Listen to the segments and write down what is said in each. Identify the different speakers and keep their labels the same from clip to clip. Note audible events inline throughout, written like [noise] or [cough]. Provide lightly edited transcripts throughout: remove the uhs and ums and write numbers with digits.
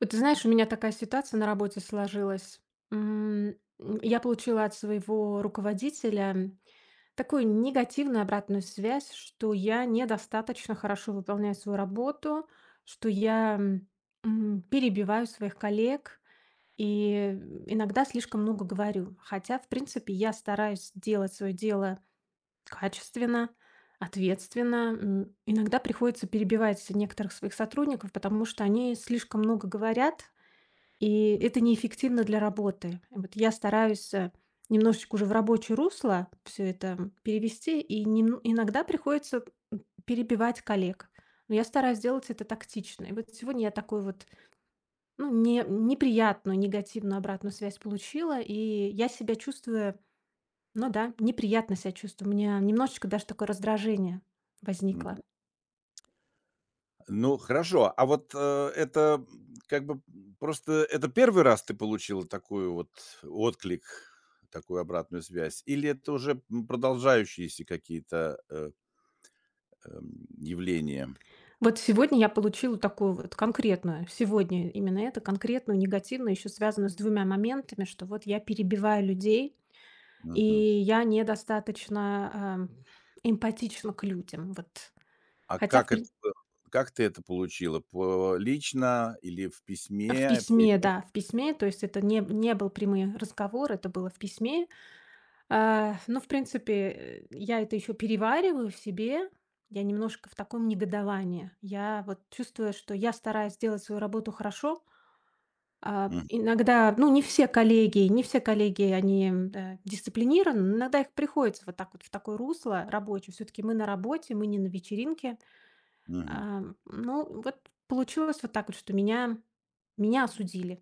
Speaker 1: Вот ты знаешь, у меня такая ситуация на работе сложилась. М, я получила от своего руководителя такую негативную обратную связь, что я недостаточно хорошо выполняю свою работу, что я перебиваю своих коллег и иногда слишком много говорю. Хотя, в принципе, я стараюсь делать свое дело качественно, ответственно. Иногда приходится перебивать некоторых своих сотрудников, потому что они слишком много говорят, и это неэффективно для работы. Вот я стараюсь, немножечко уже в рабочее русло все это перевести, и нем иногда приходится, перебивать коллег. Но я стараюсь делать это тактично. И вот сегодня я такую вот, ну, не неприятную, негативную обратную связь получила, и я себя чувствую, ну да, неприятно себя чувствую. У меня немножечко даже такое раздражение возникло.
Speaker 2: Мгм. Ну, хорошо. А вот, это, как бы, просто это первый раз ты получила такую вот отклик, такую обратную связь, или это уже, продолжающиеся какие-то, явления?
Speaker 1: Вот сегодня я получила такую вот конкретную, сегодня именно это, конкретную, негативную, еще связанную с двумя моментами, что вот я перебиваю людей, и
Speaker 2: Мгм.
Speaker 1: я недостаточно эмпатична к людям. Вот.
Speaker 2: А
Speaker 1: Хотя в,
Speaker 2: как это
Speaker 1: при-
Speaker 2: было? Как ты это получила? По лично или в
Speaker 1: в
Speaker 2: письме? По
Speaker 1: письме,
Speaker 2: имейлу?
Speaker 1: да, в письме, то есть это не был прямой разговор, это было в письме. А, ну, в принципе, я это еще перевариваю в себе, я немножко в таком негодовании. Я вот чувствую, что я стараюсь сделать свою работу хорошо. А,
Speaker 2: Мгм,
Speaker 1: иногда, ну, не все коллеги, они, дисциплинированы, но иногда их приходится вот так вот в такое русло рабочее. Все таки мы на работе, мы не на вечеринке.
Speaker 2: мгм.
Speaker 1: А, ну, вот получилось вот так вот, что меня осудили.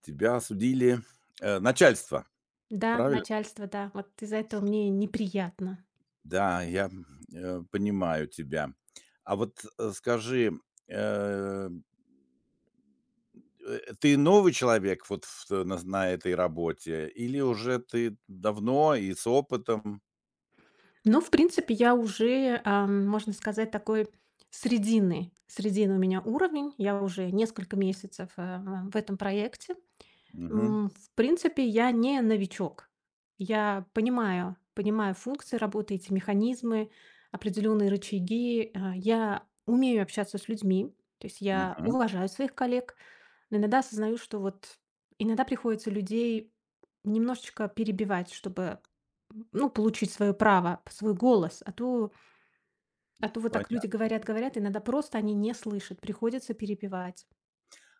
Speaker 2: Тебя осудили, начальство,
Speaker 1: Да,
Speaker 2: правильно?
Speaker 1: начальство, да, вот из-за этого мне неприятно.
Speaker 2: Да, я, понимаю тебя. А вот, скажи, э ты новый человек вот в э, на этой работе или уже ты давно и с опытом?
Speaker 1: Но, в принципе, я уже, можно сказать, такой срединный у меня уровень. Я уже несколько месяцев, в этом проекте.
Speaker 2: Мгм,
Speaker 1: В принципе, я не новичок. Я понимаю функции работы, эти механизмы, определенные рычаги. А, я умею общаться с людьми, то есть я
Speaker 2: мгм.
Speaker 1: уважаю своих коллег, но иногда осознаю, что вот иногда приходится людей немножечко перебивать, чтобы, ну, получить свое право, свой голос. А то вот так люди
Speaker 2: Понятно.
Speaker 1: говорят, говорят, иногда просто они не слышат, приходится перебивать.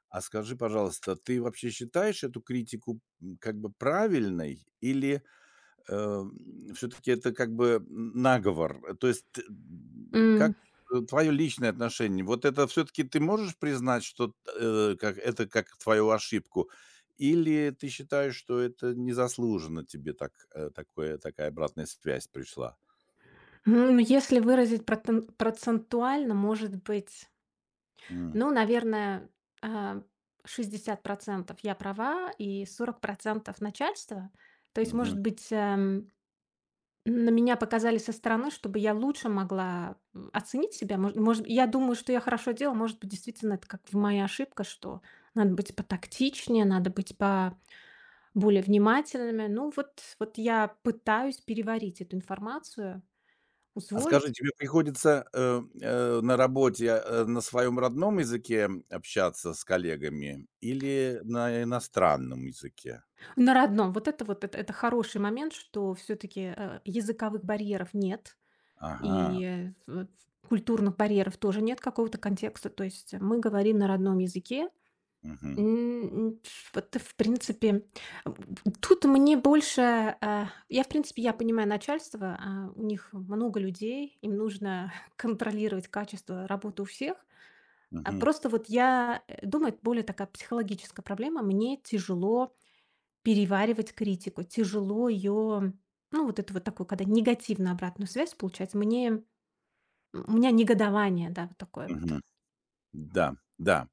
Speaker 2: А скажи, пожалуйста, ты вообще считаешь эту критику, как бы правильной или все таки это как бы н наговор. То есть, как, твоё личное отношение? Вот это все таки ты можешь признать, что как твою ошибку? Или ты считаешь, что это незаслуженно тебе так, э, такое такая обратная связь пришла?
Speaker 1: Если выразить протен процентуально, может быть,
Speaker 2: М,
Speaker 1: ну, наверное, а, 60% я права и 40% начальство. То есть, может
Speaker 2: мгм.
Speaker 1: быть, на меня показали со стороны, чтобы я лучше могла, оценить себя. Может, я думаю, что я хорошо делала. Может быть, действительно, это как моя ошибка, что надо быть потактичнее, надо быть по более внимательными. Ну, вот я пытаюсь переварить эту информацию,
Speaker 2: А скажи,
Speaker 1: усвоить.
Speaker 2: тебе приходится, на работе, на своем родном языке общаться с коллегами или на иностранном языке?
Speaker 1: На родном. Вот это вот, это хороший момент, что все-таки языковых барьеров нет,
Speaker 2: Ага.
Speaker 1: и вот культурных барьеров тоже нет какого-то контекста. То есть мы говорим на родном языке.
Speaker 2: Мгм.
Speaker 1: М, Вот, в принципе, м, тут мне больше. Я, в принципе, я понимаю начальство, у них много людей, им нужно [laughs] контролировать качество работы у всех.
Speaker 2: Мгм.
Speaker 1: Просто вот я думаю, это более такая психологическая проблема. Мне тяжело переваривать критику. Тяжело ее, ну, вот это вот такую, когда негативную обратную связь получать. У меня негодование, да, вот такое вот.
Speaker 2: Мгм. Да, да,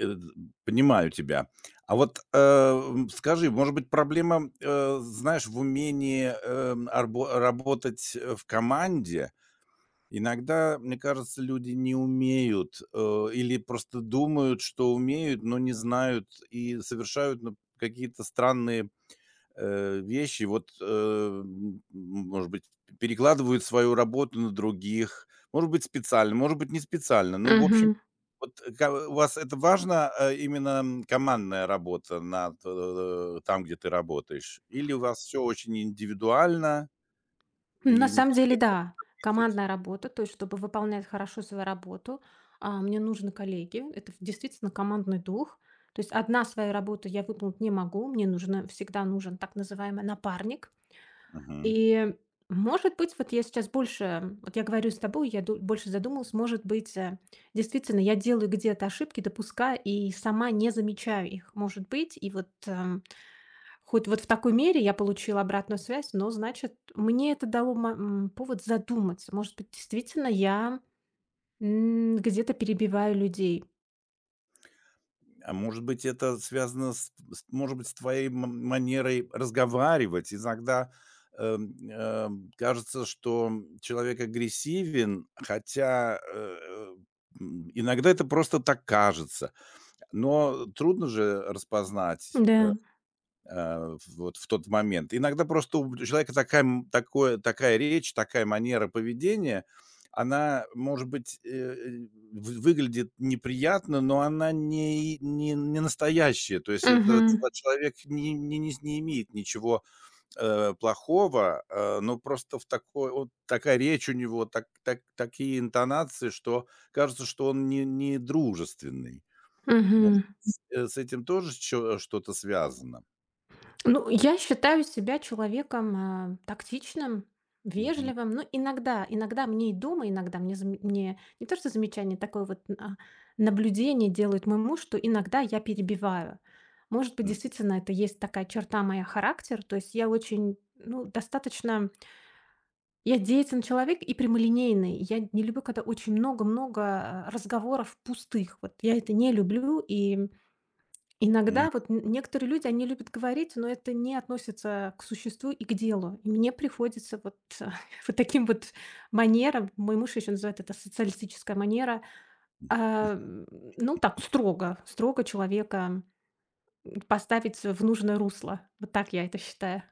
Speaker 2: э, понимаю тебя. А вот, скажи, может быть, проблема, знаешь, в умении, арбо работать, в команде? Иногда, мне кажется, люди не умеют, или просто думают, что умеют, но не знают и совершают, ну, какие-то странные, вещи. Вот, может быть, перекладывают свою работу на других, может быть, специально, может быть, не специально. Ну, в общем
Speaker 1: Мгм.
Speaker 2: вот, у вас это важно, именно, командная работа над, там, где ты работаешь? Или у вас все очень индивидуально
Speaker 1: На
Speaker 2: и
Speaker 1: самом
Speaker 2: никто
Speaker 1: деле,
Speaker 2: не
Speaker 1: да,
Speaker 2: ответит?
Speaker 1: командная работа, то есть, чтобы выполнять хорошо свою работу, мне нужны коллеги. Это в действительно командный дух. То есть одна свою работу я выполнить не могу. Мне нужно всегда нужен так называемый напарник.
Speaker 2: Мгм.
Speaker 1: И, может быть, вот я сейчас больше, вот я говорю с тобой, больше задумалась, может быть, действительно, я делаю где-то ошибки, допускаю, и сама не замечаю их, может быть, и вот хоть вот в такой мере я получила обратную связь, но, значит, мне это дало повод задуматься, может быть, действительно, я где-то перебиваю людей.
Speaker 2: А может быть, это связано с, может быть, с твоей манерой разговаривать? Иногда, кажется, что человек агрессивен, хотя, иногда это просто так кажется. Но трудно же распознать,
Speaker 1: Да.
Speaker 2: Вот в тот момент. Иногда просто у человека такая м такое такая речь, такая манера поведения, она, может быть, э, э, вы выглядит неприятно, но она не настоящая. То есть это
Speaker 1: Угу.
Speaker 2: человек не имеет ничего, плохого, но просто в такой вот такая речь у него, такие интонации, что кажется, что он не дружественный.
Speaker 1: Угу.
Speaker 2: Может, с этим тоже что-то связано?
Speaker 1: Ну, я считаю себя человеком, тактичным,
Speaker 2: Мгм.
Speaker 1: вежливым. Ну, иногда мне и дома, иногда мне, мне не то что замечание, такое вот, наблюдение делает мой муж, что иногда я перебиваю. Может быть, действительно, это есть такая черта моя характер. То есть я очень, ну, достаточно, я деятельный человек и прямолинейный. Я не люблю, когда очень много-много разговоров пустых. Вот я это не люблю, и
Speaker 2: Мгм.
Speaker 1: иногда вот н некоторые люди, они любят говорить, но это не относится к существу и к делу. И мне приходится вот, [laughs] вот таким вот манерам, мой муж еще называет это социалистическая манера, а, м, ну так строго, строго человека поставить в нужное русло. Вот так я это считаю.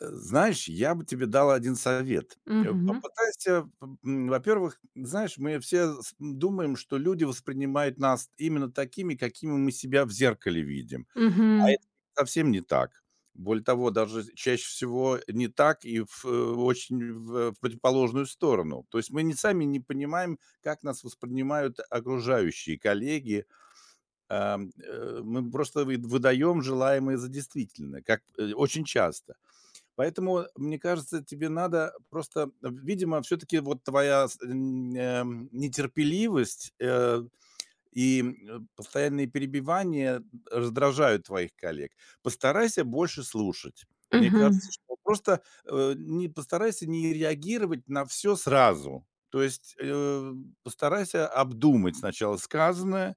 Speaker 2: Знаешь, я бы тебе дал один совет.
Speaker 1: Угу.
Speaker 2: Попытайся, во-первых, знаешь, мы все с думаем, что люди воспринимают нас именно такими, какими мы себя в зеркале видим, а
Speaker 1: Угу.
Speaker 2: это совсем не так. Более того, даже чаще всего не так, и очень в противоположную сторону. То есть мы не сами не понимаем, как нас воспринимают окружающие, коллеги. Мы просто выдаем желаемое за действительное, как, очень часто. Поэтому, мне кажется, тебе надо просто, видимо, все таки вот твоя с н нетерпеливость, и, постоянные перебивания раздражают твоих коллег. Постарайся больше слушать. Мне
Speaker 1: Мгм.
Speaker 2: кажется, что просто, не постарайся не реагировать на все сразу. То есть, постарайся обдумать сначала сказанное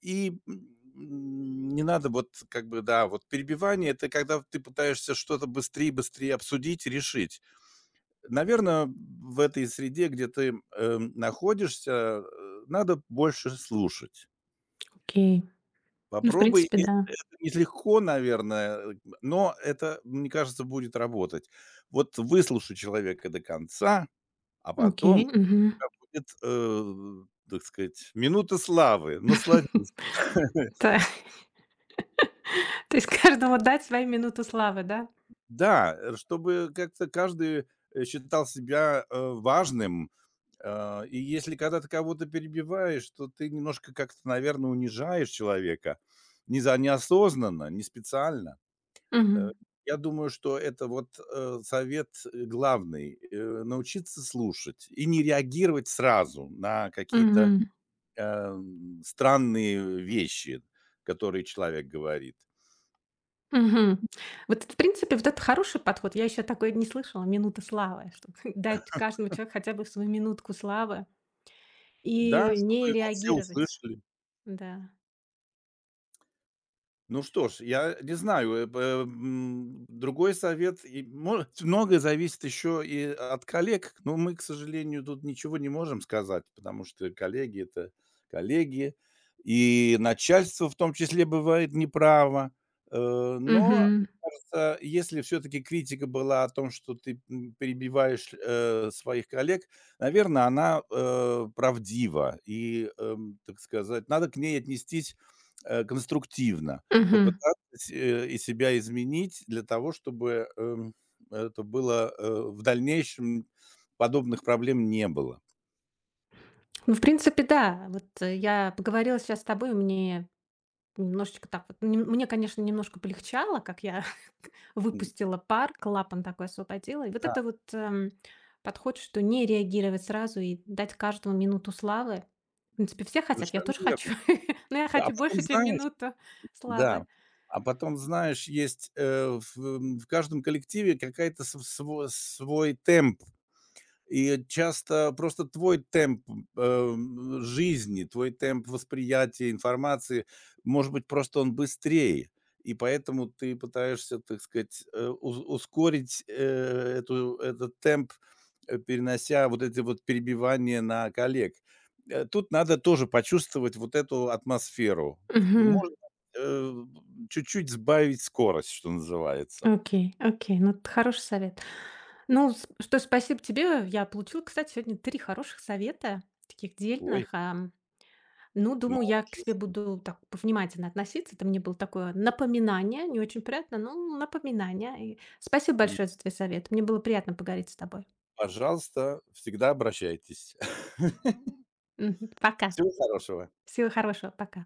Speaker 2: и, не надо вот как бы, да, вот перебивание- это когда ты пытаешься что-то быстрее быстрее обсудить решить. Наверное, в этой среде, где ты, находишься, надо больше слушать.
Speaker 1: Окей. Ну, в
Speaker 2: Попробуй,
Speaker 1: принципе, да.
Speaker 2: это нелегко, наверное, но это, мне кажется, будет работать. Вот выслушай человека до конца, а потом у
Speaker 1: Окей. Угу.
Speaker 2: тебя будет, так сказать, минута славы. Насладись.
Speaker 1: [laughs]
Speaker 2: [laughs]
Speaker 1: Да. [laughs] То есть каждому дать свою минуту славы, да?
Speaker 2: Да, чтобы как-то каждый, считал себя, важным. И если когда ты кого-то перебиваешь, то ты немножко как-то, наверное, унижаешь человека. Не за Неосознанно, не специально. Э,
Speaker 1: Мгм.
Speaker 2: я думаю, что это вот, совет, главный, научиться слушать и не реагировать сразу на какие-то,
Speaker 1: Мгм.
Speaker 2: странные вещи, которые человек говорит.
Speaker 1: Мгм. Вот это, в принципе, вот это хороший подход. Я еще такое не слышала. Минута славы, чтобы [laughs] дать каждому человеку хотя бы свою минутку славы
Speaker 2: Да,
Speaker 1: и
Speaker 2: чтобы
Speaker 1: не
Speaker 2: его все
Speaker 1: реагировать.
Speaker 2: услышали.
Speaker 1: Да.
Speaker 2: Ну что ж, я не знаю, другой совет, и мо многое зависит еще и от коллег, но мы, к сожалению, тут ничего не можем сказать, потому что коллеги- это коллеги, и начальство в том числе бывает неправо. Но,
Speaker 1: Мгм.
Speaker 2: мне кажется, если все таки критика была о том, что ты, перебиваешь, своих коллег, наверное, она, правдива и, так сказать, надо к ней отнестись, конструктивно.
Speaker 1: Мгм.
Speaker 2: Попытаться и себя изменить для того, чтобы, это было, в дальнейшем подобных проблем не было.
Speaker 1: Ну, в принципе, да. Вот я поговорила сейчас с тобой, мне немножечко так вот. Мне, конечно, немножко полегчало, как я
Speaker 2: М,
Speaker 1: выпустила пар, клапан такой освободила. И вот
Speaker 2: да,
Speaker 1: это вот, подход, что не реагировать сразу и дать каждому минуту славы. В принципе, все хотят, я
Speaker 2: совершенно
Speaker 1: тоже
Speaker 2: верно.
Speaker 1: хочу, [laughs] но я
Speaker 2: А
Speaker 1: хочу
Speaker 2: потом,
Speaker 1: больше, чем
Speaker 2: знаешь
Speaker 1: минуту славы.
Speaker 2: да, а потом, знаешь, есть, в каждом коллективе какая-то св сво свой темп. И часто просто твой темп, жизни, твой темп восприятия информации, может быть, просто он быстрее, и поэтому ты пытаешься, так сказать, э, уз ускорить, эту этот темп, перенося вот эти вот перебивания на коллег. Тут надо тоже почувствовать вот эту атмосферу.
Speaker 1: Мгм.
Speaker 2: Можно, э, чуть-чуть сбавить скорость, что называется.
Speaker 1: Окей, окей, ну, это хороший совет. Ну, с что спасибо тебе. Я получила, кстати, сегодня 3 хороших совета, таких
Speaker 2: Ой,
Speaker 1: дельных. Ну,
Speaker 2: ну,
Speaker 1: думаю, я к себе
Speaker 2: отлично.
Speaker 1: буду так повнимательно относиться. Это мне было такое напоминание, не очень приятно, но напоминание. И спасибо большое за твой совет. Мне было приятно поговорить с тобой.
Speaker 2: Пожалуйста, всегда обращайтесь. [laughs]
Speaker 1: Мгм. Пока.
Speaker 2: Всего хорошего.
Speaker 1: Всего хорошего. Пока.